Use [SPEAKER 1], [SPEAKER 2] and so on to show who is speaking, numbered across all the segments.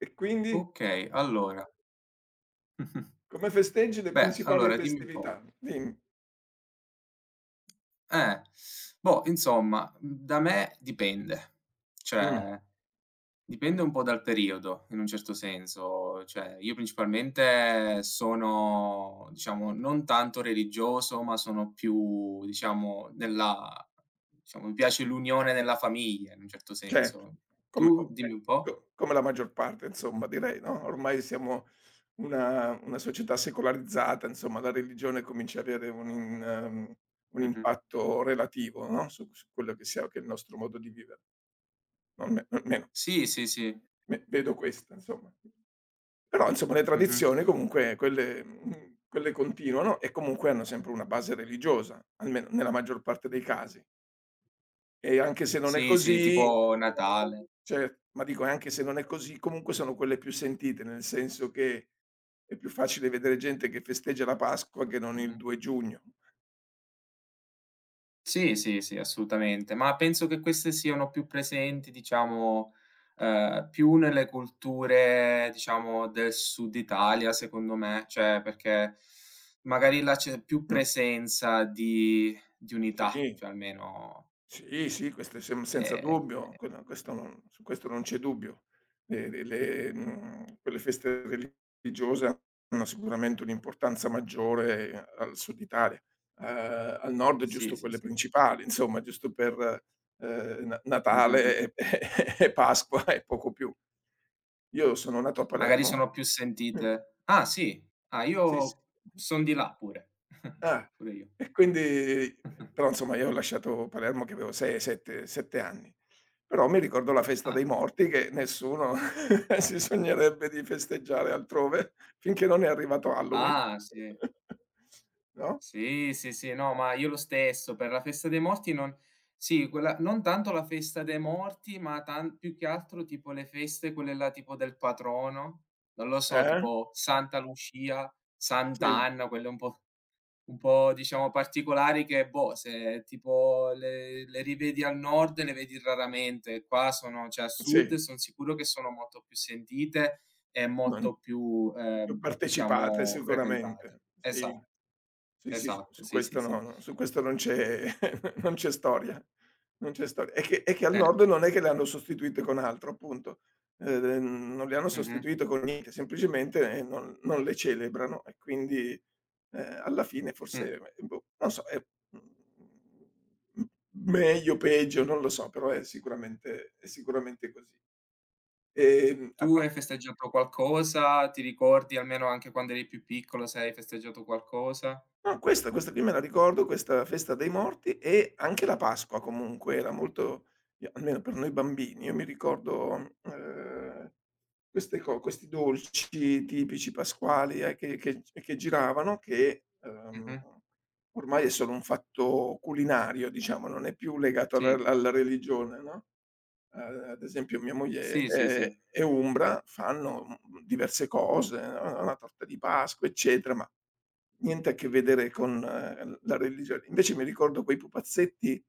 [SPEAKER 1] E quindi?
[SPEAKER 2] Okay, allora. Mh-mh.
[SPEAKER 1] Come festeggi le
[SPEAKER 2] Beh,
[SPEAKER 1] principali
[SPEAKER 2] allora dimmi un po'.
[SPEAKER 1] festività? Dimmi.
[SPEAKER 2] Eh, Da me dipende.
[SPEAKER 1] Mh,
[SPEAKER 2] Cioè, dipende un po' dal periodo, in un certo senso. Cioè, io principalmente sono, diciamo, non tanto religioso, ma sono più, diciamo, nella diciamo, mi piace l'unione nella famiglia, in un certo
[SPEAKER 1] certo,
[SPEAKER 2] senso.
[SPEAKER 1] come
[SPEAKER 2] Tu
[SPEAKER 1] co
[SPEAKER 2] dimmi. Okay. Un po'.
[SPEAKER 1] co come la maggior parte insomma direi, no, ormai siamo una società secolarizzata, insomma la religione comincia a avere un in un
[SPEAKER 2] Mh-mh.
[SPEAKER 1] impatto relativo, no, su quello che è il nostro modo di vivere, almeno
[SPEAKER 2] Sì, sì, sì.
[SPEAKER 1] me vedo questo insomma. Però insomma le
[SPEAKER 2] Mh-mh.
[SPEAKER 1] tradizioni comunque quelle quelle continuano e comunque hanno sempre una base religiosa, almeno nella maggior parte dei casi. E anche se non è
[SPEAKER 2] Sì, sì,
[SPEAKER 1] così
[SPEAKER 2] tipo Natale.
[SPEAKER 1] cer ma dico anche se non è così, comunque sono quelle più sentite, nel senso che è più facile vedere gente che festeggia la Pasqua che non il
[SPEAKER 2] Mh-mh.
[SPEAKER 1] 2 giugno.
[SPEAKER 2] Sì, sì, sì, assolutamente, ma penso che queste siano più presenti, diciamo, più nelle culture, diciamo, del Sud Italia secondo me, cioè perché magari là c'è più
[SPEAKER 1] Mh,
[SPEAKER 2] presenza di unità,
[SPEAKER 1] sì.
[SPEAKER 2] cioè almeno
[SPEAKER 1] Sì, sì, questo è sem senza
[SPEAKER 2] ehm,
[SPEAKER 1] dubbio, quello questo non su questo non c'è dubbio. Quelle feste religiose hanno sicuramente un'importanza maggiore, al Sud Italia. Al Nord
[SPEAKER 2] sì,
[SPEAKER 1] giusto
[SPEAKER 2] sì,
[SPEAKER 1] quelle
[SPEAKER 2] sì.
[SPEAKER 1] principali, insomma, giusto per, Na
[SPEAKER 2] Mh, mh,
[SPEAKER 1] Natale
[SPEAKER 2] mh.
[SPEAKER 1] e e Pasqua e poco più. Io sono nato a
[SPEAKER 2] Magari
[SPEAKER 1] Palermo.
[SPEAKER 2] sono più
[SPEAKER 1] Mh.
[SPEAKER 2] sentite. Ah sì, ah,
[SPEAKER 1] Sì, sì.
[SPEAKER 2] io son di là pure,
[SPEAKER 1] Ah,
[SPEAKER 2] pure io.
[SPEAKER 1] e quindi, però insomma io ho lasciato Palermo che avevo 6, 7, 7 anni. Però mi ricordo la festa dei
[SPEAKER 2] Ah,
[SPEAKER 1] morti che nessuno si sognerebbe di festeggiare altrove finché non è arrivato Halloween.
[SPEAKER 2] ah sì.
[SPEAKER 1] No?
[SPEAKER 2] Sì, sì, sì, no, ma io lo stesso, per la festa dei morti non sì, quella non tanto la festa dei morti, ma tan più che altro tipo le feste, quelle là tipo del patrono, non lo so,
[SPEAKER 1] Eh?
[SPEAKER 2] tipo Santa Lucia,
[SPEAKER 1] Sì,
[SPEAKER 2] Sant'Anna, quelle un po' diciamo particolari che, boh, se tipo le rivedi al nord le vedi raramente. Qua sono cioè a sud
[SPEAKER 1] sì,
[SPEAKER 2] son sicuro che sono molto più sentite e
[SPEAKER 1] non
[SPEAKER 2] molto più,
[SPEAKER 1] più partecipate
[SPEAKER 2] diciamo frequentate.
[SPEAKER 1] sicuramente,
[SPEAKER 2] Esa
[SPEAKER 1] sì. Sì, sì, s
[SPEAKER 2] esatto,
[SPEAKER 1] su
[SPEAKER 2] sì, sì,
[SPEAKER 1] questo
[SPEAKER 2] sì.
[SPEAKER 1] no no, su questo non c'è non c'è storia, non c'è storia. È che al
[SPEAKER 2] Eh,
[SPEAKER 1] nord non è che le hanno sostituite con altro, appunto. Non le hanno
[SPEAKER 2] mh-mh,
[SPEAKER 1] sostituite con niente, semplicemente, non le celebrano e quindi, alla fine
[SPEAKER 2] mh.
[SPEAKER 1] forse, boh, non so, è, mhmm, meglio, peggio, non lo so, però è sicuramente così. A
[SPEAKER 2] Tu
[SPEAKER 1] par
[SPEAKER 2] hai festeggiato qualcosa? Ti ricordi almeno anche quando eri più piccolo se hai festeggiato qualcosa?
[SPEAKER 1] No, questa qui me la ricordo, questa festa dei morti, e anche la Pasqua comunque era molto, io almeno per noi bambini, io mi ricordo, ehm, queste co questi dolci tipici pasquali, che giravano che,
[SPEAKER 2] Mh-mh,
[SPEAKER 1] ormai è solo un fatto culinario, diciamo, non è più legato
[SPEAKER 2] sì.
[SPEAKER 1] alla religione, no, ad esempio mia moglie
[SPEAKER 2] Sì, sì, sì.
[SPEAKER 1] è umbra, fanno, diverse cose, no, una torta di Pasqua, eccetera, ma niente a che vedere con, la religione. Invece mi ricordo quei pupazzetti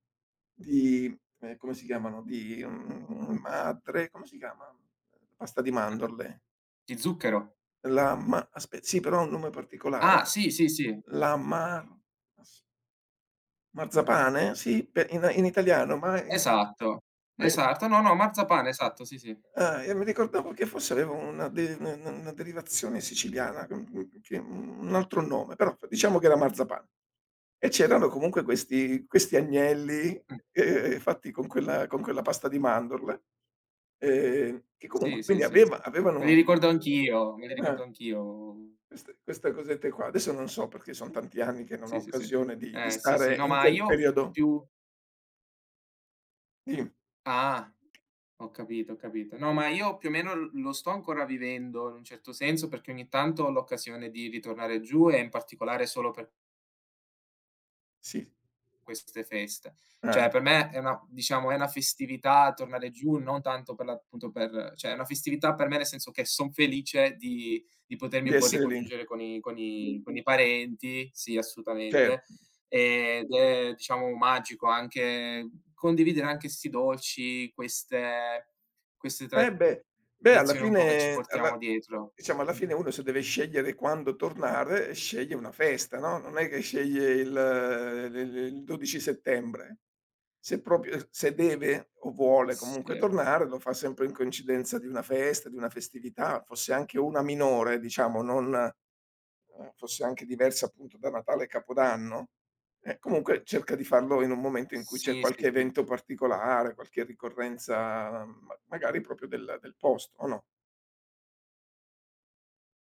[SPEAKER 1] di... Come si chiamano? Di, mhmm, madre come si chiama? La pasta di
[SPEAKER 2] Mh-mh.
[SPEAKER 1] mandorle.
[SPEAKER 2] Di zucchero?
[SPEAKER 1] La ma aspe Sì, però ha un nome particolare.
[SPEAKER 2] Ah, sì, sì, sì.
[SPEAKER 1] La mar as
[SPEAKER 2] Mh,
[SPEAKER 1] Marzapane? Sì, pe in in italiano, ma in...
[SPEAKER 2] esatto,
[SPEAKER 1] ma in...
[SPEAKER 2] esatto. No, no, marzapane, esatto, sì, sì.
[SPEAKER 1] Ah, e mi ricordavo che forse aveva una de n n una derivazione siciliana, che un altro nome, però diciamo che era marzapane. E c'erano comunque questi agnelli,
[SPEAKER 2] Mh.
[SPEAKER 1] fatti con quella pasta di mandorle, che comunque
[SPEAKER 2] Sì, sì,
[SPEAKER 1] quindi
[SPEAKER 2] sì, sì. Me li
[SPEAKER 1] avevano una...
[SPEAKER 2] ricordo anch'io, me li ricordo
[SPEAKER 1] eh,
[SPEAKER 2] anch'io.
[SPEAKER 1] queste cosette qua. Adesso non so, perché son tanti anni che non ho
[SPEAKER 2] Sì, sì, sì.
[SPEAKER 1] occasione di
[SPEAKER 2] Sì, sì.
[SPEAKER 1] stare
[SPEAKER 2] No,
[SPEAKER 1] in
[SPEAKER 2] ma
[SPEAKER 1] quel
[SPEAKER 2] io
[SPEAKER 1] periodo.
[SPEAKER 2] più
[SPEAKER 1] Dimmi,
[SPEAKER 2] ah, ho capito, ho capito. No, ma io più o meno l lo sto ancora vivendo in un certo senso, perché ogni tanto ho l'occasione di ritornare giù e in particolare solo per
[SPEAKER 1] sì,
[SPEAKER 2] queste feste. Cioè
[SPEAKER 1] eh,
[SPEAKER 2] per me è una diciamo, è una festività tornare giù, non tanto per l'appunto per cioè è una festività per me nel senso che son felice di potermi
[SPEAKER 1] di
[SPEAKER 2] un po'
[SPEAKER 1] essere lì,
[SPEAKER 2] ricongiungere con i con i con i parenti, sì
[SPEAKER 1] cer...
[SPEAKER 2] assolutamente, ed è diciamo magico anche condividere anche 'sti dolci, queste queste
[SPEAKER 1] Eh beh, beh alla
[SPEAKER 2] tradizioni un po' che ci
[SPEAKER 1] fine alla
[SPEAKER 2] portiamo dietro.
[SPEAKER 1] diciamo alla
[SPEAKER 2] Mh-mh.
[SPEAKER 1] fine uno se deve scegliere quando tornare, sceglie una festa, no, non è che sceglie il l il 12 settembre. Se proprio se deve o vuole comunque
[SPEAKER 2] Certo.
[SPEAKER 1] tornare, lo fa sempre in coincidenza di una festa, di una festività, fosse anche una minore diciamo, non... fosse anche diversa appunto da Natale e Capodanno? Comunque cerca di farlo in un momento in cui c'è
[SPEAKER 2] Sì, sì,
[SPEAKER 1] qualche
[SPEAKER 2] sì.
[SPEAKER 1] evento particolare, qualche ricorrenza ma magari proprio del posto, o no?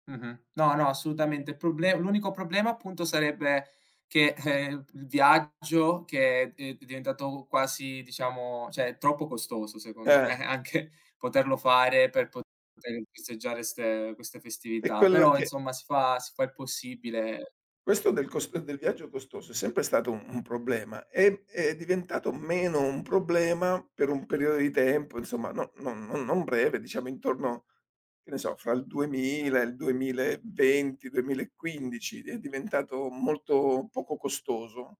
[SPEAKER 2] Mh-mh. No, no, assolutamente. Il Proble l'unico problema appunto sarebbe che, il viaggio che è diventato quasi diciamo cioè troppo costoso secondo
[SPEAKER 1] Eh,
[SPEAKER 2] me, anche poterlo fare per poter festeggiare 'ste queste
[SPEAKER 1] è
[SPEAKER 2] festività,
[SPEAKER 1] quello
[SPEAKER 2] però
[SPEAKER 1] che...
[SPEAKER 2] insomma si fa il possibile.
[SPEAKER 1] Questo del viaggio costoso è sempre stato un problema, è diventato meno un problema per un periodo di tempo, insomma, no, non non non breve, diciamo intorno, che ne so, fra il 2000 e il 2020, 2015 è diventato molto poco costoso,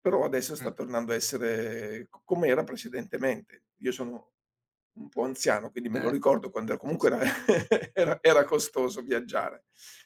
[SPEAKER 1] però adesso
[SPEAKER 2] Mh,
[SPEAKER 1] sta tornando a essere co come era precedentemente. Io sono un po' anziano, quindi me lo
[SPEAKER 2] eh,
[SPEAKER 1] ricordo quando era-
[SPEAKER 2] sì,
[SPEAKER 1] comunque
[SPEAKER 2] sì.
[SPEAKER 1] era era costoso viaggiare.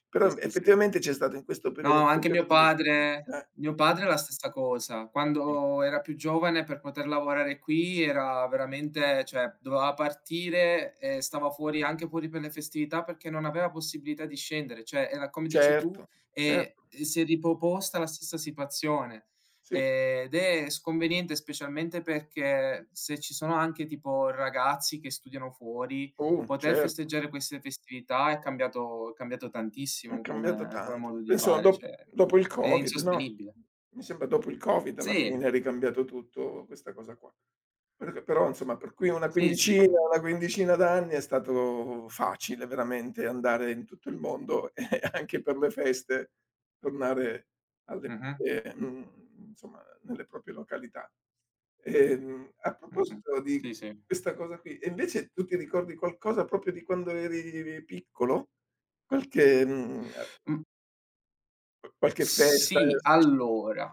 [SPEAKER 1] Però,
[SPEAKER 2] Sì,
[SPEAKER 1] mhmm,
[SPEAKER 2] sì, sì.
[SPEAKER 1] effettivamente c'è stato in questo perio in
[SPEAKER 2] No,
[SPEAKER 1] quel
[SPEAKER 2] anche
[SPEAKER 1] periodo lì, eh,
[SPEAKER 2] mio padre la stessa cosa.
[SPEAKER 1] sì,
[SPEAKER 2] Quando era più giovane per poter lavorare qui era veramente cioè doveva partire e stava fuori anche fuori per le festività perché non aveva possibilità di scendere. Cioè era come dici tu,
[SPEAKER 1] certo, certo.
[SPEAKER 2] si è riproposta la stessa situazione.
[SPEAKER 1] Sì,
[SPEAKER 2] Ed è sconveniente specialmente perché se ci sono anche tipo ragazzi che studiano fuori poter
[SPEAKER 1] certo.
[SPEAKER 2] festeggiare queste festività è cambiato
[SPEAKER 1] È
[SPEAKER 2] tantissimo
[SPEAKER 1] cambiato
[SPEAKER 2] come come
[SPEAKER 1] tanto.
[SPEAKER 2] modo di
[SPEAKER 1] Penso
[SPEAKER 2] fare, cioè
[SPEAKER 1] dopo il
[SPEAKER 2] è
[SPEAKER 1] Covid, no,
[SPEAKER 2] insostenibile.
[SPEAKER 1] mi sembra dopo il Covid alla
[SPEAKER 2] Sì,
[SPEAKER 1] fine è ricambiato tutto, questa cosa qua. Però insomma per qui una
[SPEAKER 2] sì, sì,
[SPEAKER 1] quindicina
[SPEAKER 2] sì.
[SPEAKER 1] d'anni è stato facile veramente andare in tutto il mondo e anche per le feste tornare alle
[SPEAKER 2] Mh-mh,
[SPEAKER 1] insomma nelle proprie località. A
[SPEAKER 2] mh-mh.
[SPEAKER 1] proposito di
[SPEAKER 2] Sì, sì.
[SPEAKER 1] questa cosa qui, e invece tu ti ricordi qualcosa proprio di quando eri piccolo? Qualche mhmm, uhm,
[SPEAKER 2] Mh,
[SPEAKER 1] Qualche festa
[SPEAKER 2] sì, allora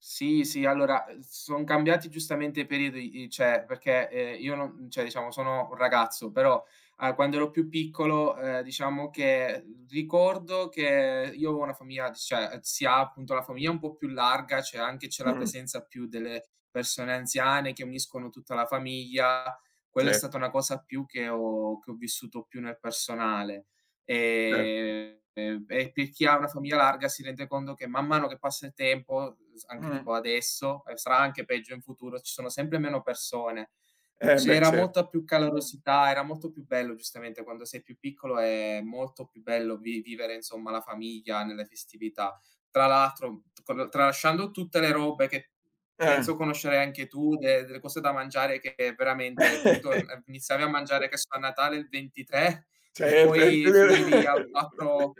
[SPEAKER 2] sì, sì, allora, son cambiati giustamente i periodi, i cioè perché, io non cioè diciamo sono un ragazzo, però, quando ero più piccolo, diciamo che ricordo che io avevo una famiglia cioè si ha appunto la famiglia un po' più larga, c'è anche c'è la
[SPEAKER 1] mh,
[SPEAKER 2] presenza più delle persone anziane che uniscono tutta la famiglia. Quella è stata
[SPEAKER 1] certo,
[SPEAKER 2] una cosa più che ho vissuto più nel personale.
[SPEAKER 1] certo.
[SPEAKER 2] E per chi ha una famiglia larga si rende conto che man mano che passa il tempo, s anche tipo
[SPEAKER 1] Mh.
[SPEAKER 2] adesso, e sarà anche peggio in futuro, ci sono sempre meno persone.
[SPEAKER 1] Eh beh,
[SPEAKER 2] C'era
[SPEAKER 1] certo.
[SPEAKER 2] molta più calorosità, era molto più bello giustamente quando sei più piccolo, è molto più bello vi vivere insomma la famiglia nelle festività. Tra l'altro, con tralasciando tutte le robe che
[SPEAKER 1] Eh.
[SPEAKER 2] penso conoscerai anche tu, de delle cose da mangiare che veramente tu torn iniziavi a mangiare che so a Natale il 23 e
[SPEAKER 1] Certo, e
[SPEAKER 2] poi finivi
[SPEAKER 1] figura...
[SPEAKER 2] al 4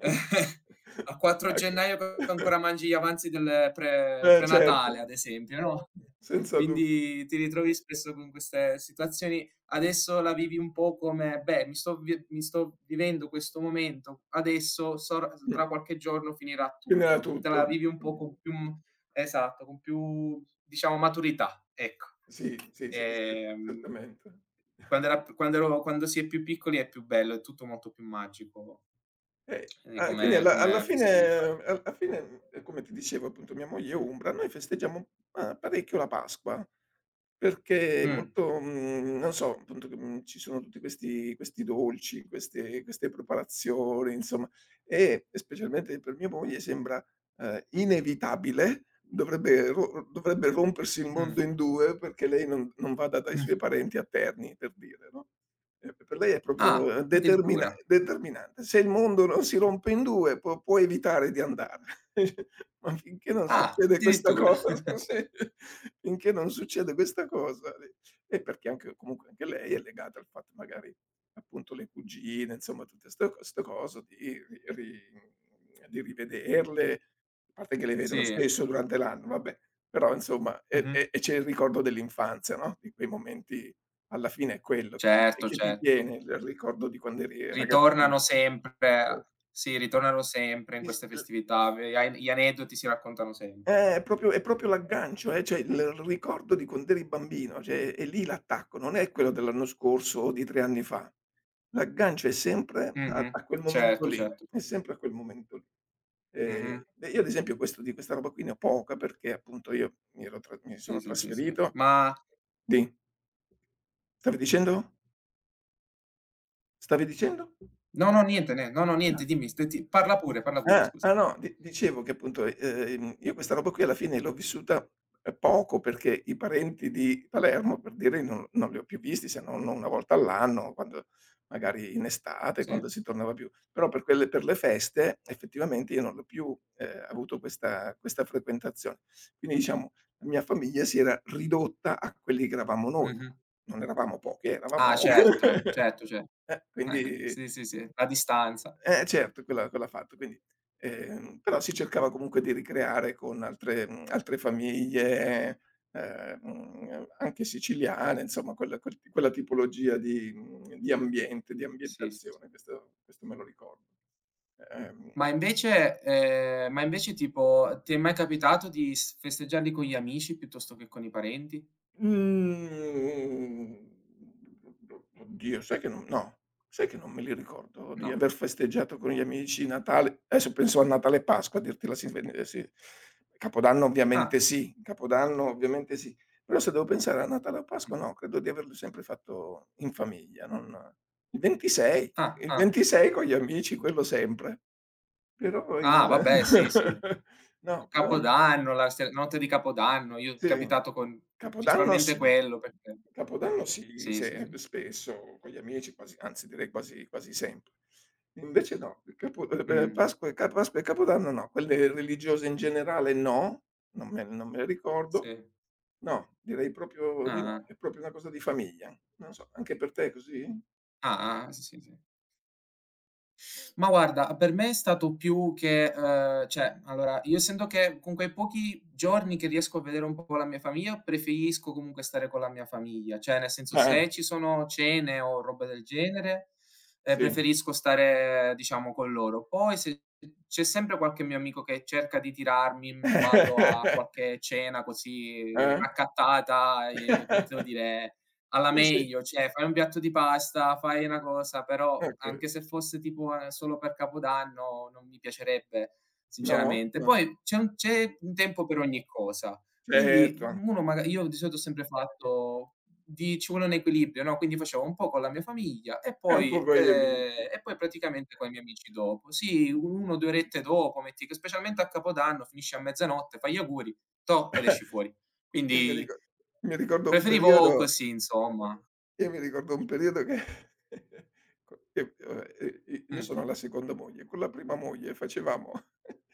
[SPEAKER 2] al 4
[SPEAKER 1] Ecco.
[SPEAKER 2] gennaio che ancora mangi gli avanzi del pre
[SPEAKER 1] Eh certo,
[SPEAKER 2] pre-Natale, ad esempio, no,
[SPEAKER 1] senza dubbio.
[SPEAKER 2] quindi ti ritrovi spesso con queste situazioni. Adesso la vivi un po' come: "Beh, mi sto vi mi sto vivendo questo momento adesso, sor
[SPEAKER 1] Mh.
[SPEAKER 2] tra qualche giorno finirà
[SPEAKER 1] Quindi era
[SPEAKER 2] tutto." Te la
[SPEAKER 1] tutto.
[SPEAKER 2] vivi un po'
[SPEAKER 1] Mh.
[SPEAKER 2] con più esatto, con più, diciamo, maturità, ecco.
[SPEAKER 1] Sì, sì, sì, sì,
[SPEAKER 2] Ehm,
[SPEAKER 1] certamente.
[SPEAKER 2] Quando era p quando ero quando si è più piccoli è più bello, è tutto molto più magico,
[SPEAKER 1] A quindi
[SPEAKER 2] come
[SPEAKER 1] alla alla
[SPEAKER 2] come
[SPEAKER 1] fine
[SPEAKER 2] festività.
[SPEAKER 1] al alla fine, come ti dicevo appunto mia moglie è umbra, noi festeggiamo ma parecchio la Pasqua, perché
[SPEAKER 2] Mh,
[SPEAKER 1] molto, mhmm, non so, appunto, che, mhmm, ci sono tutti questi dolci, queste preparazioni, insomma, e specialmente per mia moglie sembra, inevitabile, dovrebbe rompersi il
[SPEAKER 2] mh,
[SPEAKER 1] mondo in 2 perché lei non vada dai
[SPEAKER 2] mh.
[SPEAKER 1] suoi parenti a Terni, per dire, no? Per lei è
[SPEAKER 2] Ah,
[SPEAKER 1] proprio,
[SPEAKER 2] addirittura.
[SPEAKER 1] determinante. Se il mondo non si rompe in 2 può può evitare di andare. Ma finché non
[SPEAKER 2] Ah,
[SPEAKER 1] succede questa
[SPEAKER 2] addirittura.
[SPEAKER 1] cosa, se finché non succede questa cosa, e perché anche comunque anche lei è legata al fatto magari, appunto, le cugine, insomma tutte 'ste co 'ste cose di ri ri di rivederle, a parte che le vedo lo
[SPEAKER 2] Sì.
[SPEAKER 1] stesso durante l'anno, vabbè, però insomma
[SPEAKER 2] Mh-mh.
[SPEAKER 1] e c'è il ricordo dell'infanzia, no, di quei momenti, alla fine è quello
[SPEAKER 2] Certo,
[SPEAKER 1] che ti
[SPEAKER 2] cer certo.
[SPEAKER 1] tiene il ricordo di quando eri ragazzino.
[SPEAKER 2] Ritornano sempre sì, ritornano sempre in
[SPEAKER 1] Sì, sì,
[SPEAKER 2] queste
[SPEAKER 1] l
[SPEAKER 2] festività, ve a gli aneddoti si raccontano sempre, sì,
[SPEAKER 1] è
[SPEAKER 2] sì, sì.
[SPEAKER 1] proprio l'aggancio, cioè il ricordo di quando eri bambino, cioè è lì l'attacco, non è quello dell'anno scorso o di 3 anni fa. L'aggancio è sempre
[SPEAKER 2] Mh-mh.
[SPEAKER 1] a quel momento
[SPEAKER 2] Certo,
[SPEAKER 1] lì,
[SPEAKER 2] certo.
[SPEAKER 1] è sempre a quel momento lì.
[SPEAKER 2] Mh-mh.
[SPEAKER 1] Beh, io ad esempio questo di questa roba qui ne ho poca perché appunto io mi
[SPEAKER 2] Sì,
[SPEAKER 1] sono
[SPEAKER 2] sì, sì, sì.
[SPEAKER 1] trasferito
[SPEAKER 2] Ma
[SPEAKER 1] di... Stavi dicendo? Stavi dicendo?
[SPEAKER 2] no, no, niente, ne no, no,
[SPEAKER 1] Ah.
[SPEAKER 2] niente, dimmi, st ti parla pure,
[SPEAKER 1] Ah, ah
[SPEAKER 2] scusa.
[SPEAKER 1] no,
[SPEAKER 2] Va
[SPEAKER 1] di dicevo che appunto, io questa roba qui alla fine l'ho vissuta, poco perché i parenti di Palermo, per dire, non li ho più visti se non una volta all'anno, quando magari in estate,
[SPEAKER 2] sì.
[SPEAKER 1] quando si tornava più. Però per quelle per le feste effettivamente io non l'ho più, avuto questa frequentazione. Quindi diciamo la mia famiglia si era ridotta a quelli che eravamo noi.
[SPEAKER 2] Mh-mh.
[SPEAKER 1] Non eravamo pochi,
[SPEAKER 2] Ah,
[SPEAKER 1] eravamo
[SPEAKER 2] certo, certo, cer
[SPEAKER 1] quindi...
[SPEAKER 2] sì, sì, sì, a distanza.
[SPEAKER 1] Eh certo, quella fatto. Quindi, però si cercava comunque di ricreare con altre famiglie, anche siciliane, insomma quella quel ti quella tipologia di, mhmm, di ambiente, di
[SPEAKER 2] Sì, sì, sì.
[SPEAKER 1] ambientazione, questo me lo ricordo. Ehm...
[SPEAKER 2] Ma invece tipo, ti è mai capitato di s festeggiarli con gli amici piuttosto che con i parenti?
[SPEAKER 1] Mhmm, oddio, sai che non no, sai che non me li ricordo di
[SPEAKER 2] No.
[SPEAKER 1] aver festeggiato con gli amici. Natale, adesso penso a Natale e Pasqua a dirti la sin, sì. Capodanno ovviamente
[SPEAKER 2] Ah.
[SPEAKER 1] sì, Capodanno ovviamente sì. Però se devo pensare a Natale o Pasqua
[SPEAKER 2] Mh.
[SPEAKER 1] no, credo di averlo sempre fatto in famiglia, non... il 26,
[SPEAKER 2] Ah,
[SPEAKER 1] il
[SPEAKER 2] ah.
[SPEAKER 1] 26 con gli amici, quello sempre. Però il
[SPEAKER 2] Ah, vabbè, sì, sì. O
[SPEAKER 1] no, però
[SPEAKER 2] Capodanno, la ste notte di Capodanno, io
[SPEAKER 1] sì,
[SPEAKER 2] capitato con
[SPEAKER 1] capodanno
[SPEAKER 2] principalmente
[SPEAKER 1] sì.
[SPEAKER 2] quello perché
[SPEAKER 1] Capodanno sì,
[SPEAKER 2] sì, sì,
[SPEAKER 1] se
[SPEAKER 2] sì.
[SPEAKER 1] spesso con gli amici, quasi, anzi direi quasi quasi sempre. Invece no, il capo beh,
[SPEAKER 2] Mh.
[SPEAKER 1] Pasqua e Capodanno no, quelle religiose in generale no, non me le ricordo.
[SPEAKER 2] Sì.
[SPEAKER 1] No, direi proprio di
[SPEAKER 2] Ah-ah.
[SPEAKER 1] no, è proprio una cosa di famiglia. Non so, anche per te è così?
[SPEAKER 2] Ah-ah. Sì, sì, sì. Ma guarda, per me è stato più che cioè, allora, io essendo che con quei pochi giorni che riesco a vedere un po' la mia famiglia, preferisco comunque stare con la mia famiglia. Cioè, nel senso,
[SPEAKER 1] Eh,
[SPEAKER 2] se ci sono cene o roba del genere,
[SPEAKER 1] sì.
[SPEAKER 2] preferisco stare, diciamo, con loro. Poi se c'è sempre qualche mio amico che cerca di tirarmi in ballo a qualche cena così
[SPEAKER 1] Eh?
[SPEAKER 2] raccattata, come ti devo dire alla
[SPEAKER 1] Eh sì,
[SPEAKER 2] meglio, cioè fai un piatto di pasta, fai una cosa, però
[SPEAKER 1] okay.
[SPEAKER 2] anche se fosse tipo, solo per Capodanno non mi piacerebbe
[SPEAKER 1] No?
[SPEAKER 2] sinceramente.
[SPEAKER 1] No.
[SPEAKER 2] Poi c'è un tempo per ogni cosa, quindi
[SPEAKER 1] Certo,
[SPEAKER 2] uno
[SPEAKER 1] anche.
[SPEAKER 2] maga io di solito ho sempre fatto di ci vuole un equilibrio, no, quindi facevo un po' con la mia famiglia
[SPEAKER 1] È un po' con gli amici.
[SPEAKER 2] e poi praticamente coi miei amici dopo. Sì, 1, 2 orette dopo metti che specialmente a Capodanno finisci a mezzanotte, fai gli auguri, toh, ed esci fuori.
[SPEAKER 1] Io mi
[SPEAKER 2] Quindi
[SPEAKER 1] rico Mi ricordo un
[SPEAKER 2] preferivo
[SPEAKER 1] periodo,
[SPEAKER 2] così insomma.
[SPEAKER 1] che co che vabbè, i io
[SPEAKER 2] Mh,
[SPEAKER 1] sono alla seconda moglie, con la prima moglie facevamo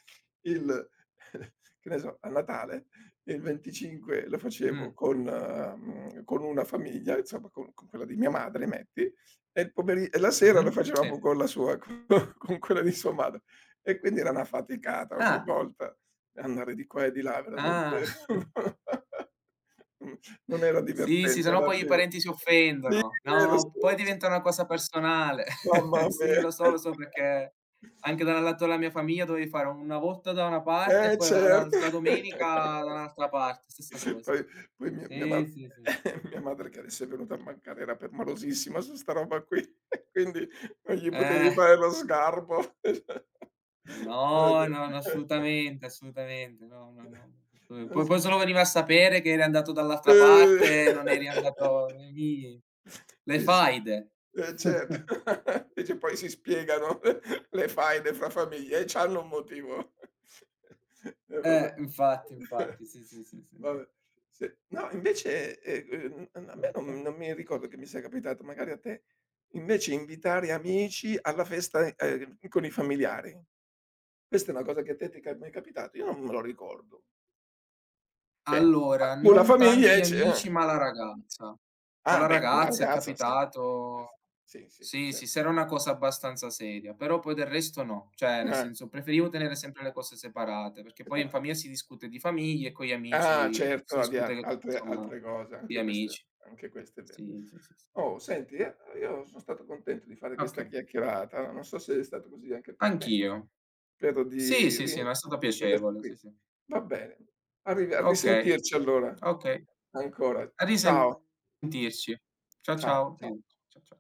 [SPEAKER 1] il che ne so, a Natale il 25 lo facevo
[SPEAKER 2] mh,
[SPEAKER 1] con, mhmm, con una famiglia, insomma con quella di mia madre metti, e il pomeri e la sera
[SPEAKER 2] mh-mh,
[SPEAKER 1] lo
[SPEAKER 2] sì.
[SPEAKER 1] facevamo con la sua co con quella di sua madre. E quindi era una faticata ogni
[SPEAKER 2] Ah,
[SPEAKER 1] volta andare di qua e di là,
[SPEAKER 2] ah,
[SPEAKER 1] veramente non era
[SPEAKER 2] sì, sì,
[SPEAKER 1] divertente
[SPEAKER 2] se no
[SPEAKER 1] alla
[SPEAKER 2] poi i
[SPEAKER 1] fine.
[SPEAKER 2] parenti si
[SPEAKER 1] Sì,
[SPEAKER 2] offendono.
[SPEAKER 1] è lo
[SPEAKER 2] No, poi
[SPEAKER 1] stesso.
[SPEAKER 2] diventa una cosa personale.
[SPEAKER 1] Mamma
[SPEAKER 2] Sì,
[SPEAKER 1] mia.
[SPEAKER 2] lo so perché anche dal lato della mia famiglia dovevi fare una volta da una parte e
[SPEAKER 1] Eh
[SPEAKER 2] poi la
[SPEAKER 1] certo.
[SPEAKER 2] l'altra domenica da un'altra parte, stessa cosa.
[SPEAKER 1] Poi poi mia mia
[SPEAKER 2] Sì,
[SPEAKER 1] ma
[SPEAKER 2] sì, sì.
[SPEAKER 1] mia madre, che adesso è venuta a mancare, era permalosissima su 'sta roba qui, quindi non gli potevi
[SPEAKER 2] Eh.
[SPEAKER 1] fare lo sgarbo.
[SPEAKER 2] No, no, no,
[SPEAKER 1] Oddio.
[SPEAKER 2] assolutamente, assolutamente. No, no, no. P
[SPEAKER 1] Non
[SPEAKER 2] poi
[SPEAKER 1] so.
[SPEAKER 2] poi solo veniva a sapere che eri andato dall'altra
[SPEAKER 1] Ehm.
[SPEAKER 2] parte, non eri andato lì. Le
[SPEAKER 1] Sì, sì.
[SPEAKER 2] faide.
[SPEAKER 1] Eh certo, invece poi si spiegano le faide fra famiglie e c'hanno un motivo. E vabbè.
[SPEAKER 2] Infatti, infatti. Sì, sì, sì, sì, sì.
[SPEAKER 1] Vabbè. Sì. No, invece, a me
[SPEAKER 2] Okay.
[SPEAKER 1] non, non mi ricordo che mi sia capitato, magari a te, invece invitare amici alla festa, con i familiari. Questa è una cosa che a te ti è mai capitato? Io non me lo ricordo. Cioè, ma
[SPEAKER 2] Allora,
[SPEAKER 1] con la
[SPEAKER 2] non tanto
[SPEAKER 1] famiglia
[SPEAKER 2] gli
[SPEAKER 1] e ce...
[SPEAKER 2] amici,
[SPEAKER 1] eh.
[SPEAKER 2] ma la ragazza. Con
[SPEAKER 1] Ah
[SPEAKER 2] la
[SPEAKER 1] beh, con la
[SPEAKER 2] ragazza è
[SPEAKER 1] ragazza sì.
[SPEAKER 2] capitato
[SPEAKER 1] Sì, sì,
[SPEAKER 2] sì, sì,
[SPEAKER 1] certo.
[SPEAKER 2] se era una cosa abbastanza seria, però poi del resto no. Cioè, nel
[SPEAKER 1] Eh,
[SPEAKER 2] senso, preferivo tenere sempre le cose separate, perché poi in
[SPEAKER 1] separati.
[SPEAKER 2] famiglia si discute di famiglie e con gli
[SPEAKER 1] Ah,
[SPEAKER 2] amici si
[SPEAKER 1] certo, di
[SPEAKER 2] discute,
[SPEAKER 1] al altre
[SPEAKER 2] insomma,
[SPEAKER 1] altre cose,
[SPEAKER 2] di
[SPEAKER 1] anche queste,
[SPEAKER 2] amici.
[SPEAKER 1] anche questo è vero.
[SPEAKER 2] Sì, sì, sì, sì.
[SPEAKER 1] Oh, senti, io sono stato contento di fare questa
[SPEAKER 2] Okay,
[SPEAKER 1] chiacchierata, non so se è stato così anche per te.
[SPEAKER 2] anch'io.
[SPEAKER 1] Spero
[SPEAKER 2] Sì,
[SPEAKER 1] di
[SPEAKER 2] sì,
[SPEAKER 1] ri
[SPEAKER 2] sì, no, è stato
[SPEAKER 1] vederti
[SPEAKER 2] piacevole,
[SPEAKER 1] qui.
[SPEAKER 2] sì, sì.
[SPEAKER 1] Va bene, a
[SPEAKER 2] Okay,
[SPEAKER 1] risentirci allora,
[SPEAKER 2] okay.
[SPEAKER 1] ancora.
[SPEAKER 2] A
[SPEAKER 1] Ciao,
[SPEAKER 2] risentirci. Ciao,
[SPEAKER 1] ciao,
[SPEAKER 2] ciao.
[SPEAKER 1] ciao.
[SPEAKER 2] Arrivederci. Cia cia